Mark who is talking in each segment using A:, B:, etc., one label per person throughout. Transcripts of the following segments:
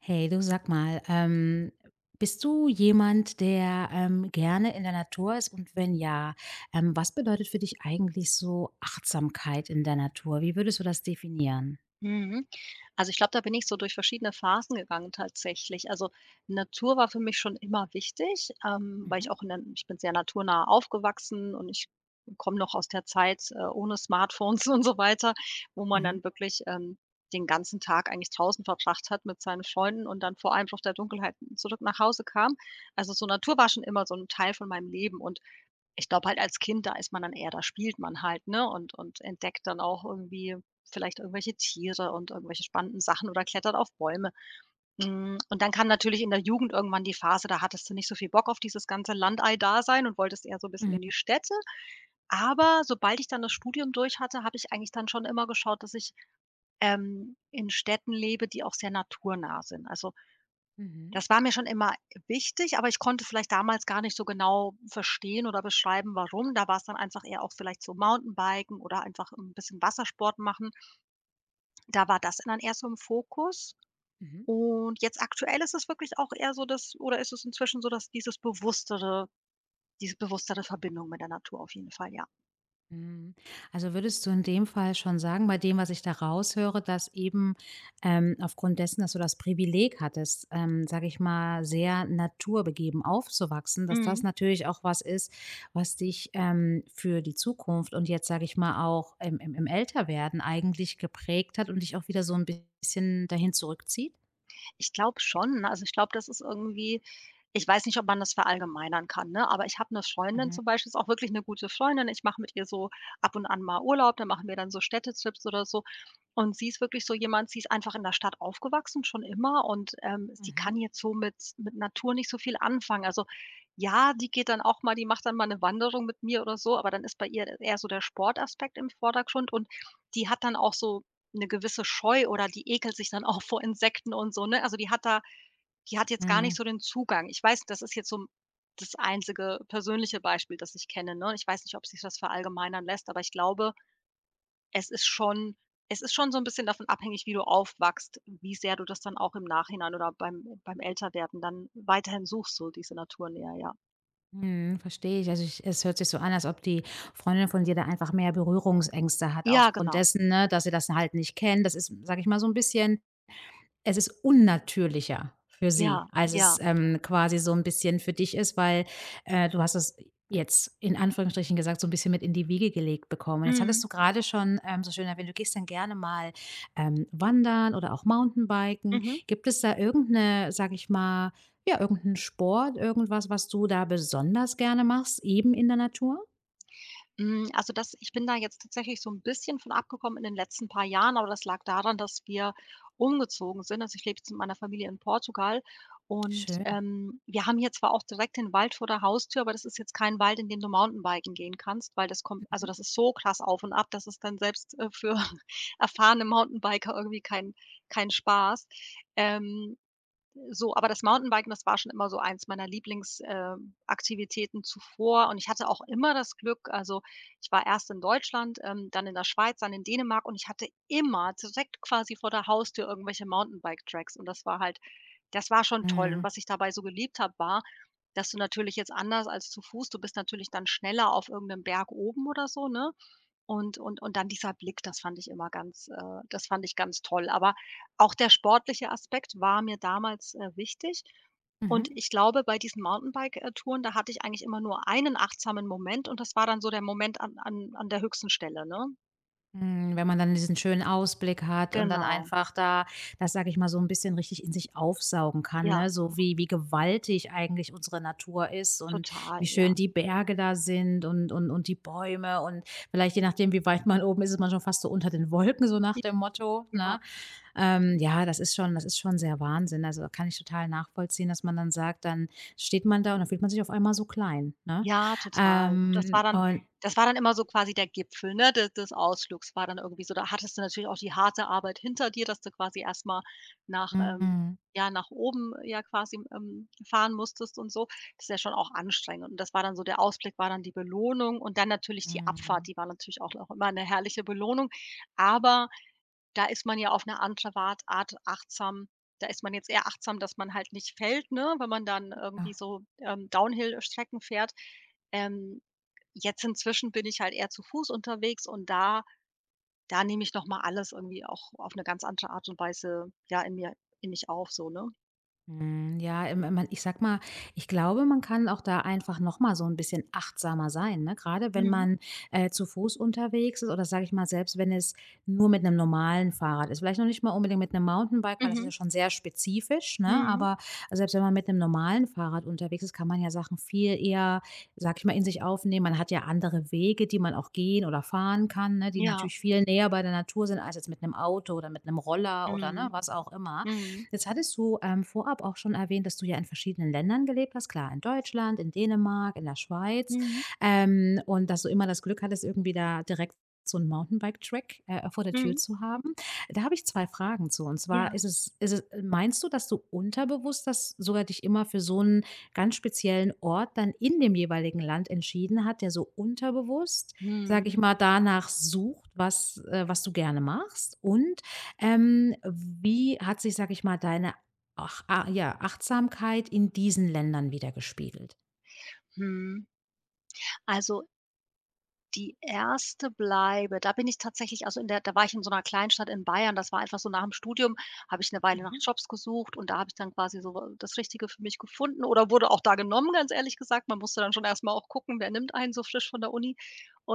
A: Hey, du sag mal, bist du jemand, der gerne in der Natur ist? Und wenn ja, was bedeutet für dich eigentlich so Achtsamkeit in der Natur? Wie würdest du das definieren?
B: Mhm. Also, ich glaube, da bin ich so durch verschiedene Phasen gegangen tatsächlich. Also, Natur war für mich schon immer wichtig, weil ich
A: Mhm.
B: auch in der ich bin sehr naturnah aufgewachsen und ich komme noch aus der Zeit, ohne Smartphones und so weiter, wo man
A: Mhm.
B: dann wirklich, den ganzen Tag eigentlich draußen verbracht hat mit seinen Freunden und dann vor Einbruch der Dunkelheit zurück nach Hause kam. Also, so Natur war schon immer so ein Teil von meinem Leben und ich glaube halt als Kind, da ist man dann eher da spielt man halt, ne, und entdeckt dann auch irgendwie vielleicht irgendwelche Tiere und irgendwelche spannenden Sachen oder klettert auf Bäume. Und dann kam natürlich in der Jugend irgendwann die Phase, da hattest du nicht so viel Bock auf dieses ganze Landei-Dasein und wolltest eher so ein bisschen
A: Mhm.
B: in die Städte. Aber sobald ich dann das Studium durch hatte, habe ich eigentlich dann schon immer geschaut, dass ich in Städten lebe, die auch sehr naturnah sind. Also,
A: Mhm.
B: das war mir schon immer wichtig, aber ich konnte vielleicht damals gar nicht so genau verstehen oder beschreiben, warum. Da war's dann einfach eher auch vielleicht so Mountainbiken oder einfach 'n bisschen Wassersport machen. Da war das dann eher so im Fokus.
A: Mhm.
B: Und jetzt aktuell ist es wirklich auch eher so das, oder ist es inzwischen so, dass diese bewusstere Verbindung mit der Natur auf jeden Fall, ja.
A: Mhm. Also würdest du in dem Fall schon sagen, bei dem, was ich da raushöre, dass eben aufgrund dessen, dass du das Privileg hattest, sage ich mal, sehr naturbegeben aufzuwachsen, dass das
B: Mhm.
A: natürlich auch was ist, was dich für die Zukunft und jetzt, sage ich mal, auch im Älterwerden eigentlich geprägt hat und dich auch wieder so ein bisschen dahin zurückzieht?
B: Ich glaube schon, ne? Also, ich glaube, das ist irgendwie, ich weiß nicht, ob man das verallgemeinern kann, ne? Aber ich habe eine Freundin
A: Mhm.
B: zum Beispiel, ist auch wirklich eine gute Freundin. Ich mache mit ihr so ab und an mal Urlaub. Dann machen wir dann so Städtetrips oder so. Und sie ist wirklich so jemand, sie ist einfach in der Stadt aufgewachsen, schon immer, und sie kann
A: Mhm.
B: jetzt so mit Natur nicht so viel anfangen. Also, ja, die macht dann mal eine Wanderung mit mir oder so, aber dann ist bei ihr eher so der Sportaspekt im Vordergrund und die hat dann auch so 'ne gewisse Scheu, oder die ekelt sich dann auch vor Insekten und so, ne? Also, die hat jetzt gar nicht
A: Mhm.
B: so den Zugang. Ich weiß, das ist jetzt so das einzige persönliche Beispiel, das ich kenne, ne? Ich weiß nicht, ob sich das verallgemeinern lässt, aber ich glaube, es ist schon es ist schon so 'n bisschen davon abhängig, wie du aufwachst, wie sehr du das dann auch im Nachhinein oder beim Älterwerden dann weiterhin suchst, so diese Naturnähe, ja.
A: Mhm, verstehe ich. Also, ich es hört sich so an, als ob die Freundin von dir da einfach mehr Berührungsängste hat
B: Ja,
A: aufgrund
B: genau.
A: dessen, ne, dass sie das halt nicht kennt. Das ist, sage ich mal, so ein bisschen es ist unnatürlicher für sie,
B: Ja,
A: als
B: ja.
A: es, quasi so ein bisschen für dich ist, weil, du hast es jetzt in Anführungsstrichen gesagt, so ein bisschen mit in die Wiege gelegt bekommen. Und jetzt
B: Mhm.
A: hattest du gerade schon, so schön erwähnt, du gehst dann gerne mal, wandern oder auch Mountainbiken.
B: Mhm.
A: Gibt es da irgendeine, sag ich mal ja, irgendeinen Sport, irgendwas, was du da besonders gerne machst, eben in der Natur?
B: Also, das ich bin da jetzt tatsächlich so ein bisschen von abgekommen in den letzten paar Jahren, aber das lag daran, dass wir umgezogen sind. Also, ich lebe jetzt mit meiner Familie in Portugal und
A: Schön.
B: wir haben hier zwar auch direkt den Wald vor der Haustür, aber das ist jetzt kein Wald, in dem du Mountainbiken gehen kannst, weil das kommt,
A: Mhm.
B: das ist so krass auf und ab, dass es dann selbst für erfahrene Mountainbiker irgendwie kein Spaß. Ähm, so, aber das Mountainbiken, das war schon immer so eins meiner Lieblingsaktivitäten Aktivitäten zuvor, und ich hatte auch immer das Glück. Also, ich war erst in Deutschland, dann in der Schweiz, dann in Dänemark, und ich hatte immer direkt quasi vor der Haustür irgendwelche Mountainbike Tracks, und das war schon toll. Und
A: Mhm.
B: was ich dabei so geliebt habe, war, dass du natürlich, jetzt anders als zu Fuß, du bist natürlich dann schneller auf irgendeinem Berg oben oder so, ne? Und dann dieser Blick, das fand ich ganz toll. Aber auch der sportliche Aspekt war mir damals wichtig.
A: Mhm.
B: Und ich glaube, bei diesen Mountainbike Touren, da hatte ich eigentlich immer nur einen achtsamen Moment, und das war dann so der Moment an der höchsten Stelle, ne?
A: Hm, wenn man dann diesen schönen Ausblick hat und dann
B: Genau.
A: einfach da, das sage ich mal, so ein bisschen richtig in sich aufsaugen kann,
B: Ja,
A: ne? So wie gewaltig eigentlich unsere Natur ist, und wie
B: total, ja.
A: schön die Berge da sind, und und die Bäume, und vielleicht je nachdem, wie weit man oben ist, ist man schon fast so unter den Wolken, so nach dem Motto,
B: Ja.
A: ne? Ja, das ist schon sehr Wahnsinn. Also, da kann ich total nachvollziehen, dass man dann sagt, dann steht man da und dann fühlt man sich auf einmal so klein, ne?
B: Ja, total.
A: Und
B: Das war dann immer so quasi der Gipfel, ne, de des Ausflugs, war dann irgendwie so. Da hattest du natürlich auch die harte Arbeit hinter dir, dass du quasi erst mal nach ähm,
A: mhm,
B: ja, nach oben, ja quasi, fahren musstest und so. Das ist ja schon auch anstrengend. Und das war dann so der Ausblick war dann die Belohnung und dann natürlich die
A: mhm.
B: Abfahrt, die war natürlich auch noch immer 'ne herrliche Belohnung. Aber da ist man ja auf eine andere Wart Art achtsam. Da ist man jetzt eher achtsam, dass man halt nicht fällt, ne, wenn man dann irgendwie
A: Ja.
B: so Downhill-Strecken fährt. Ähm, jetzt inzwischen bin ich halt eher zu Fuß unterwegs und da nehme ich noch mal alles irgendwie auch auf eine ganz andere Art und Weise, ja, in mich auf, so, ne?
A: Hm, ja, im im man ich sag mal, ich glaube, man kann auch da einfach noch mal so ein bisschen achtsamer sein, ne? Gerade wenn
B: Mhm.
A: man, zu Fuß unterwegs ist, oder sage ich mal, selbst wenn es nur mit einem normalen Fahrrad ist, vielleicht noch nicht mal unbedingt mit einem Mountainbike, weil das ist
B: Mhm.
A: ja schon sehr spezifisch, ne?
B: Mhm.
A: Aber selbst wenn man mit einem normalen Fahrrad unterwegs ist, kann man ja Sachen viel eher, sage ich mal, in sich aufnehmen. Man hat ja andere Wege, die man auch gehen oder fahren kann, ne, die
B: Ja.
A: natürlich viel näher bei der Natur sind als jetzt mit einem Auto oder mit einem Roller oder, ne,
B: Mhm.
A: was auch immer.
B: Mhm.
A: Jetzt hattest du vorab auch schon erwähnt, dass du ja in verschiedenen Ländern gelebt hast. Klar, in Deutschland, in Dänemark, in der Schweiz.
B: Mhm.
A: Und dass du immer das Glück hattest, irgendwie da direkt so einen Mountainbike-Track vor der Tür
B: Mhm.
A: zu haben. Da habe ich zwei Fragen zu. Und
B: Ja.
A: zwar ist es, meinst du, dass du unterbewusst das sogar dich immer für so einen ganz speziellen Ort dann in dem jeweiligen Land entschieden hat, der so unterbewusst, sage
B: Mhm.
A: ich mal, danach sucht, was, was du gerne machst? Und wie hat sich, sag ich mal, deine Achtsamkeit in diesen Ländern widergespiegelt?
B: Mhm. Also, die erste Bleibe, da bin ich tatsächlich, also in der da war ich in so einer Kleinstadt in Bayern. Das war einfach so: nach dem Studium habe ich eine Weile nach
A: Mhm,
B: Jobs gesucht, und da habe ich dann quasi so das Richtige für mich gefunden, oder wurde auch da genommen, ganz ehrlich gesagt. Man musste dann schon erst mal auch gucken, wer nimmt einen so frisch von der Uni.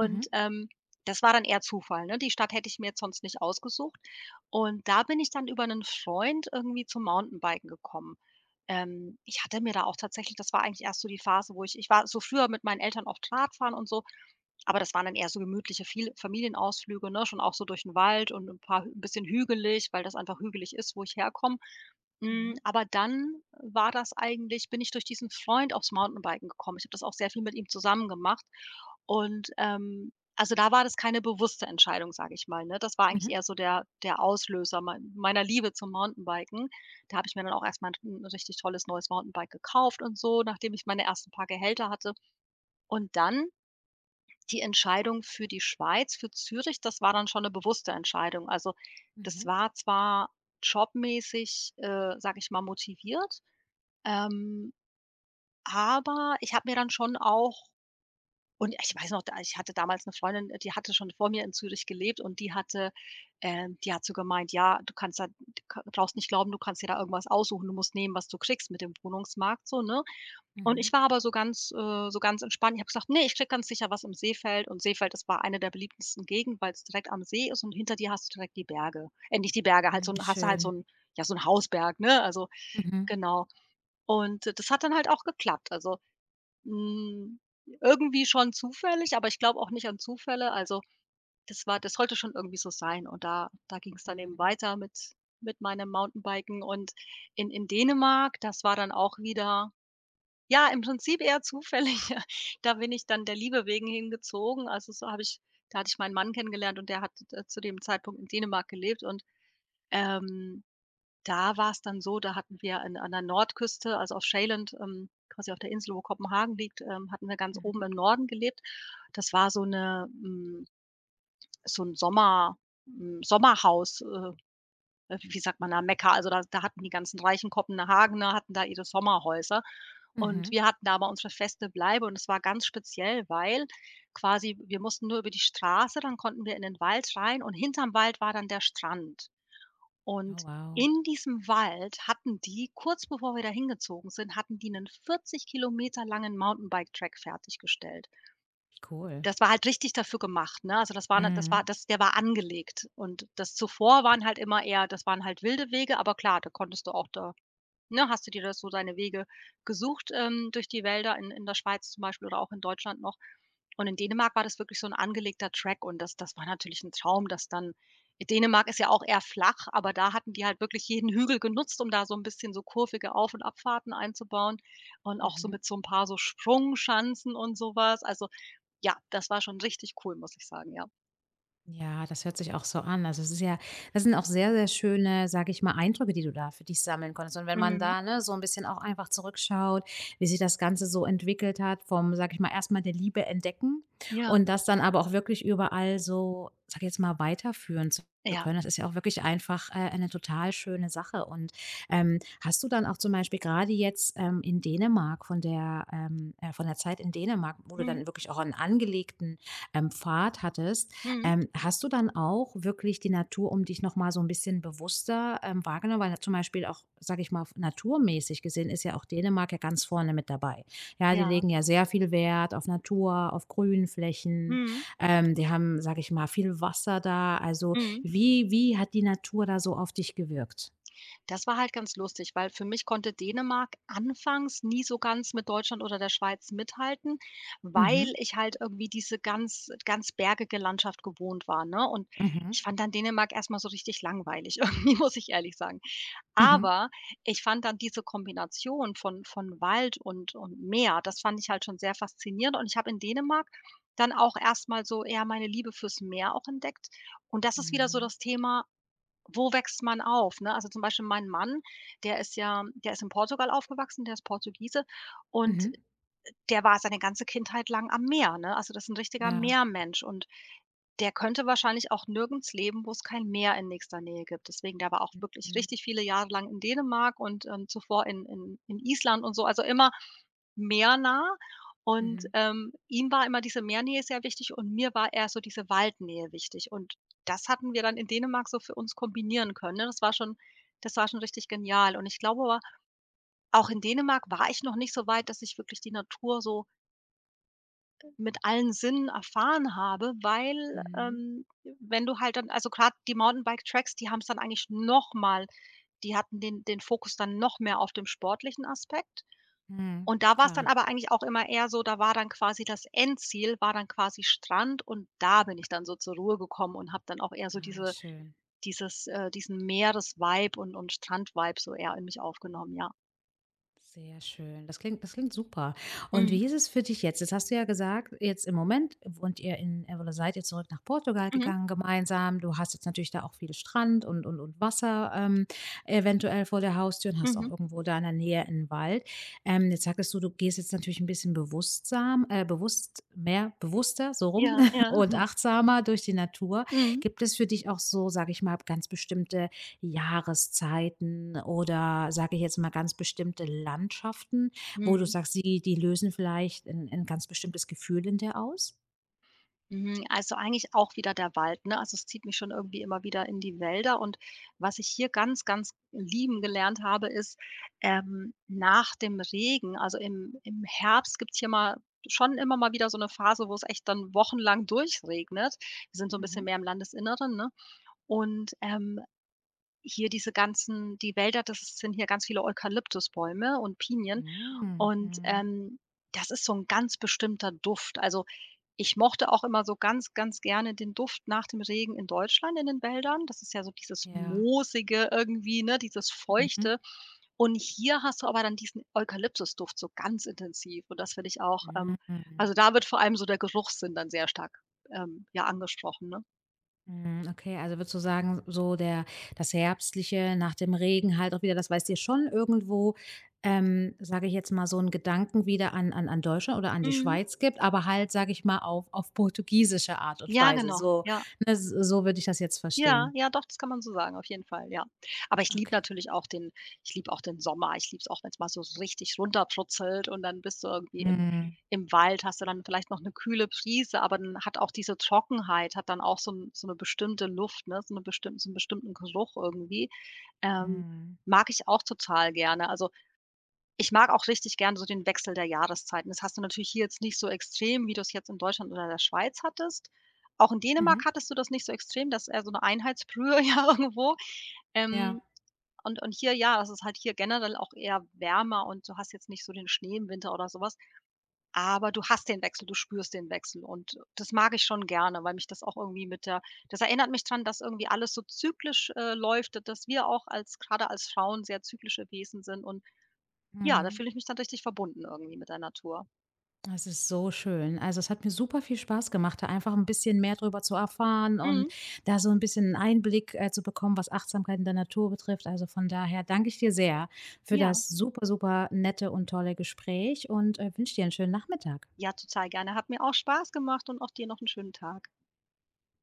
A: mhm,
B: das war dann eher Zufall, ne? Die Stadt hätte ich mir jetzt sonst nicht ausgesucht. Und da bin ich dann über einen Freund irgendwie zum Mountainbiken gekommen. Ich hatte mir da auch tatsächlich das war eigentlich erst so die Phase, wo ich ich war so früher mit meinen Eltern oft Radfahren, und so, aber das waren dann eher so gemütliche viel Familienausflüge, ne, schon auch so durch den Wald, und 'n bisschen hügelig, weil das einfach hügelig ist, wo ich herkomme. Hm,
A: mhm,
B: aber dann war das eigentlich bin ich durch diesen Freund aufs Mountainbiken gekommen. Ich habe das auch sehr viel mit ihm zusammen gemacht, und also, da war das keine bewusste Entscheidung, sage ich mal, ne? Das war eigentlich
A: mhm,
B: eher so der Auslöser meiner Liebe zum Mountainbiken. Da habe ich mir dann auch erst mal 'n richtig tolles neues Mountainbike gekauft und so, nachdem ich meine ersten paar Gehälter hatte. Und dann die Entscheidung für die Schweiz, für Zürich, das war dann schon 'ne bewusste Entscheidung. Also, das
A: mhm,
B: war zwar jobmäßig, sage ich mal, motiviert, ähm, aber ich habe mir dann schon auch und ich weiß noch, da ich hatte damals 'ne Freundin, die hatte schon vor mir in Zürich gelebt, und die hat so gemeint: „Ja, du kannst da du ka brauchst nicht glauben, du kannst dir da irgendwas aussuchen. Du musst nehmen, was du kriegst mit dem Wohnungsmarkt", so, ne? Und
A: mhm,
B: ich war aber so ganz entspannt. Ich habe gesagt: „nee, ich krieg ganz sicher was im Seefeld." Und Seefeld, das war eine der beliebtesten Gegenden, weil es direkt am See ist und hinter dir hast du direkt die Berge. Nicht die Berge, halt so
A: mhm,
B: 'n hast du halt so
A: schön.
B: ein ja, so ein Hausberg, ne? Also,
A: Mhm,
B: genau. Und das hat dann halt auch geklappt. Also, hm, irgendwie schon zufällig, aber ich glaube auch nicht an Zufälle. Also, das sollte schon irgendwie so sein. Und da ging es dann eben
A: mhm,
B: weiter mit meinem Mountainbiken, und in Dänemark, das war dann auch wieder, ja, im Prinzip eher zufällig. Da bin ich dann der Liebe wegen hingezogen. Also, so habe ich da hatte ich meinen Mann kennengelernt, und der hat d zu dem Zeitpunkt in Dänemark gelebt, und ähm, da war es dann so, da hatten wir an der Nordküste, also auf Sjælland, quasi auf der Insel, wo Kopenhagen liegt, hatten wir ganz oben
A: mhm,
B: im Norden gelebt. Das war so so ein Sommerhaus, wie sagt man da, Mekka, also da hatten die ganzen reichen Kopenhagener hatten da ihre Sommerhäuser. Und
A: mhm.
B: wir hatten da aber unsere feste Bleibe, und es war ganz speziell, weil quasi wir mussten nur über die Straße, dann konnten wir in den Wald rein, und hinterm Wald war dann der Strand.
A: Oh
B: Und
A: wow,
B: in diesem Wald hatten die, kurz bevor wir da hingezogen sind, hatten die einen 40 Kilometer langen Mountainbike-Track fertiggestellt.
A: wie cool.
B: Das war halt richtig dafür gemacht, ne? Also, das war 'ne das war
A: Mhm.
B: das der war angelegt. Und das waren halt wilde Wege, aber klar, da konntest du auch da ne, hast du dir da so deine Wege gesucht, durch die Wälder in der Schweiz zum Beispiel, oder auch in Deutschland noch. Und in Dänemark war das wirklich so 'n angelegter Track und das war natürlich 'n Traum, dass dann Dänemark ist ja auch eher flach, aber da hatten die halt wirklich jeden Hügel genutzt, um da so 'n bisschen so kurvige Auf- und Abfahrten einzubauen und auch so
A: Mhm.
B: mit so 'n paar so Sprungschanzen und so was. Also, ja, das war schon richtig cool, muss ich sagen, ja.
A: Ja, das hört sich auch so an. Also, es ist ja das sind auch sehr, sehr schöne, sage ich mal, Eindrücke, die du da für dich sammeln konntest. Und wenn man
B: Mhm.
A: da, ne, so ein bisschen auch einfach zurückschaut, wie sich das Ganze so entwickelt hat vom, sage ich mal, erstmal der Liebe entdecken
B: Ja,
A: und das dann aber auch wirklich überall so, sage ich jetzt mal, weiterführen zu
B: ja.
A: können. Das ist ja auch wirklich einfach, eine total schöne Sache. Und, hast du dann auch zum Beispiel gerade jetzt, in Dänemark von der Zeit in Dänemark, wo du
B: Mhm.
A: dann wirklich auch einen angelegten, Pfad hattest
B: Mhm.
A: hast du dann auch wirklich die Natur um dich noch mal so ein bisschen bewusster, wahrgenommen? Weil zum Beispiel auch, sage ich mal, naturmäßig gesehen ist ja auch Dänemark ja ganz vorne mit dabei. Ja, die
B: Ja.
A: legen ja sehr viel Wert auf Natur, auf Grünflächen.
B: Mhm.
A: Die haben, sage ich mal, viel Wasser da. Also,
B: Mhm.
A: wie hat die Natur da so auf dich gewirkt?
B: Das war halt ganz lustig, weil für mich konnte Dänemark anfangs nie so ganz mit Deutschland oder der Schweiz mithalten,
A: Mhm,
B: weil ich halt irgendwie diese ganz bergige Landschaft gewohnt war, ne? Und
A: mhm,
B: ich fand dann Dänemark erst mal so richtig langweilig irgendwie, muss ich ehrlich sagen.
A: mhm,
B: Aber ich fand dann diese Kombination von Wald und Meer, das fand ich halt schon sehr faszinierend, und ich habe in Dänemark dann auch erstmal so eher meine Liebe fürs Meer auch entdeckt. Und das ist wieder so
A: mhm,
B: das Thema, wo wächst man auf, ne? Also, zum Beispiel mein Mann, der ist in Portugal aufgewachsen, der ist Portugiese und
A: mhm,
B: der war seine ganze Kindheit lang am Meer, ne? Also, das ist 'n richtiger
A: ja,
B: Meermensch, und der könnte wahrscheinlich auch nirgends leben, wo es kein Meer in nächster Nähe gibt. Deswegen, der war auch wirklich
A: mhm,
B: richtig viele Jahre lang in Dänemark und zuvor in Island und so, also immer meernah. Und
A: mhm,
B: ihm war immer diese Meernähe sehr wichtig, und mir war eher so diese Waldnähe wichtig. Und das hatten wir dann in Dänemark so für uns kombinieren können, ne? Das war schon richtig genial. Und ich glaube aber, auch in Dänemark war ich noch nicht so weit, dass ich wirklich die Natur so mit allen Sinnen erfahren habe, weil
A: mhm,
B: wenn du halt dann, also gerade die Mountainbike-Tracks, die haben es dann eigentlich noch mal die hatten den Fokus dann noch mehr auf dem sportlichen Aspekt.
A: mhm,
B: Und da war es dann
A: klar.
B: aber eigentlich auch immer eher so, da war dann quasi das Endziel war dann quasi Strand, und da bin ich dann so zur Ruhe gekommen und habe dann auch eher so
A: Ah,
B: diese
A: schön.
B: dieses diesen Meeres-Vibe und Strand-Vibe so eher in mich aufgenommen, ja.
A: Sehr schön. Das klingt super. Und
B: Mhm.
A: wie ist es für dich jetzt? Jetzt hast du ja gesagt, jetzt im Moment wohnt ihr in oder seid ihr zurück nach Portugal
B: Mhm.
A: gegangen gemeinsam. Du hast jetzt natürlich da auch viel Strand und und Wasser, eventuell vor der Haustür und hast
B: Mhm.
A: auch irgendwo da in der Nähe einen Wald. Jetzt sagtest du, du gehst jetzt natürlich ein bisschen bewusstsam bewusst mehr bewusster so rum
B: Ja, ja.
A: und achtsamer durch die Natur.
B: Mhm.
A: Gibt es für dich auch so, sage ich mal, ganz bestimmte Jahreszeiten oder sage ich jetzt mal ganz bestimmte Landschaften, wo du
B: Mhm.
A: sagst, die lösen vielleicht ein 'n ganz bestimmtes Gefühl in dir aus?
B: Mhm, also eigentlich auch wieder der Wald, ne? Also, es zieht mich schon irgendwie immer wieder in die Wälder, und was ich hier ganz, ganz lieben gelernt habe, ist nach dem Regen, also im Herbst gibt's hier mal schon immer mal wieder so eine Phase, wo es echt dann wochenlang durchregnet. Wir sind so ein bisschen
A: Mhm.
B: mehr im Landesinneren, ne? Und, hier diese ganzen die Wälder, das sind hier ganz viele Eukalyptusbäume und Pinien
A: Mhm,
B: und,
A: mhm.
B: das ist so ein ganz bestimmter Duft. Also, ich mochte auch immer so ganz, ganz gerne den Duft nach dem Regen in Deutschland in den Wäldern. Das ist ja so dieses
A: Ja.
B: Moosige irgendwie, ne, dieses
A: Mhm.
B: Feuchte. Und hier hast du aber dann diesen Eukalyptusduft so ganz intensiv, und das finde ich auch,
A: Mhm.
B: also, da wird vor allem so der Geruchssinn dann sehr stark, ja, angesprochen, ne?
A: Mhm, okay, also würdest du sagen, so der das Herbstliche nach dem Regen halt auch wieder das weißt dir schon irgendwo, sage ich jetzt mal, so einen Gedanken wieder an an Deutschland oder an die
B: Mhm.
A: Schweiz gibt, aber halt, sage ich mal, auf portugiesische Art und
B: Ja,
A: Weise.
B: genau,
A: So,
B: ja.
A: ne, s so würde ich das jetzt
B: Ja,
A: verstehen.
B: ja, doch, das kann man so sagen, auf jeden Fall, ja. Aber ich liebe
A: Okay.
B: natürlich auch den ich liebe auch den Sommer. Ich liebe es auch, wenn's mal so so richtig runterprutzelt und dann bist du irgendwie im
A: Mhm.
B: im Wald, hast du dann vielleicht noch 'ne kühle Brise, aber dann hat auch diese Trockenheit hat dann auch so 'n so 'ne bestimmte Luft, ne, so 'ne bestimm so 'n bestimmten Geruch irgendwie. Ähm,
A: Mhm.
B: mag ich auch total gerne. Also, ich mag auch richtig gern so den Wechsel der Jahreszeiten. Das hast du natürlich hier jetzt nicht so extrem, wie du es jetzt in Deutschland oder der Schweiz hattest. Auch in Dänemark
A: Mhm.
B: hattest du das nicht so extrem, das ist eher so 'ne Einheitsbrühe ja irgendwo. Ähm,
A: Ja.
B: und hier, ja, das ist halt hier generell auch eher wärmer, und du hast jetzt nicht so den Schnee im Winter oder so was, aber du hast den Wechsel, du spürst den Wechsel, und das mag ich schon gerne, weil mich das auch irgendwie mit der das erinnert mich dran, dass irgendwie alles so zyklisch, läuft, dass wir auch als grade als Frauen sehr zyklische Wesen sind und ja, da
A: Mhm.
B: fühle ich mich dann richtig verbunden irgendwie mit der Natur.
A: Das ist so schön. Also, es hat mir super viel Spaß gemacht, da einfach ein bisschen mehr drüber zu erfahren und
B: Mhm.
A: da so ein bisschen 'n Einblick, zu bekommen, was Achtsamkeit in der Natur betrifft. Also, von daher danke ich dir sehr für
B: Ja.
A: das super, super nette und tolle Gespräch und, wünsche dir einen schönen Nachmittag.
B: Ja, total gerne. Hat mir auch Spaß gemacht, und auch dir noch einen schönen Tag.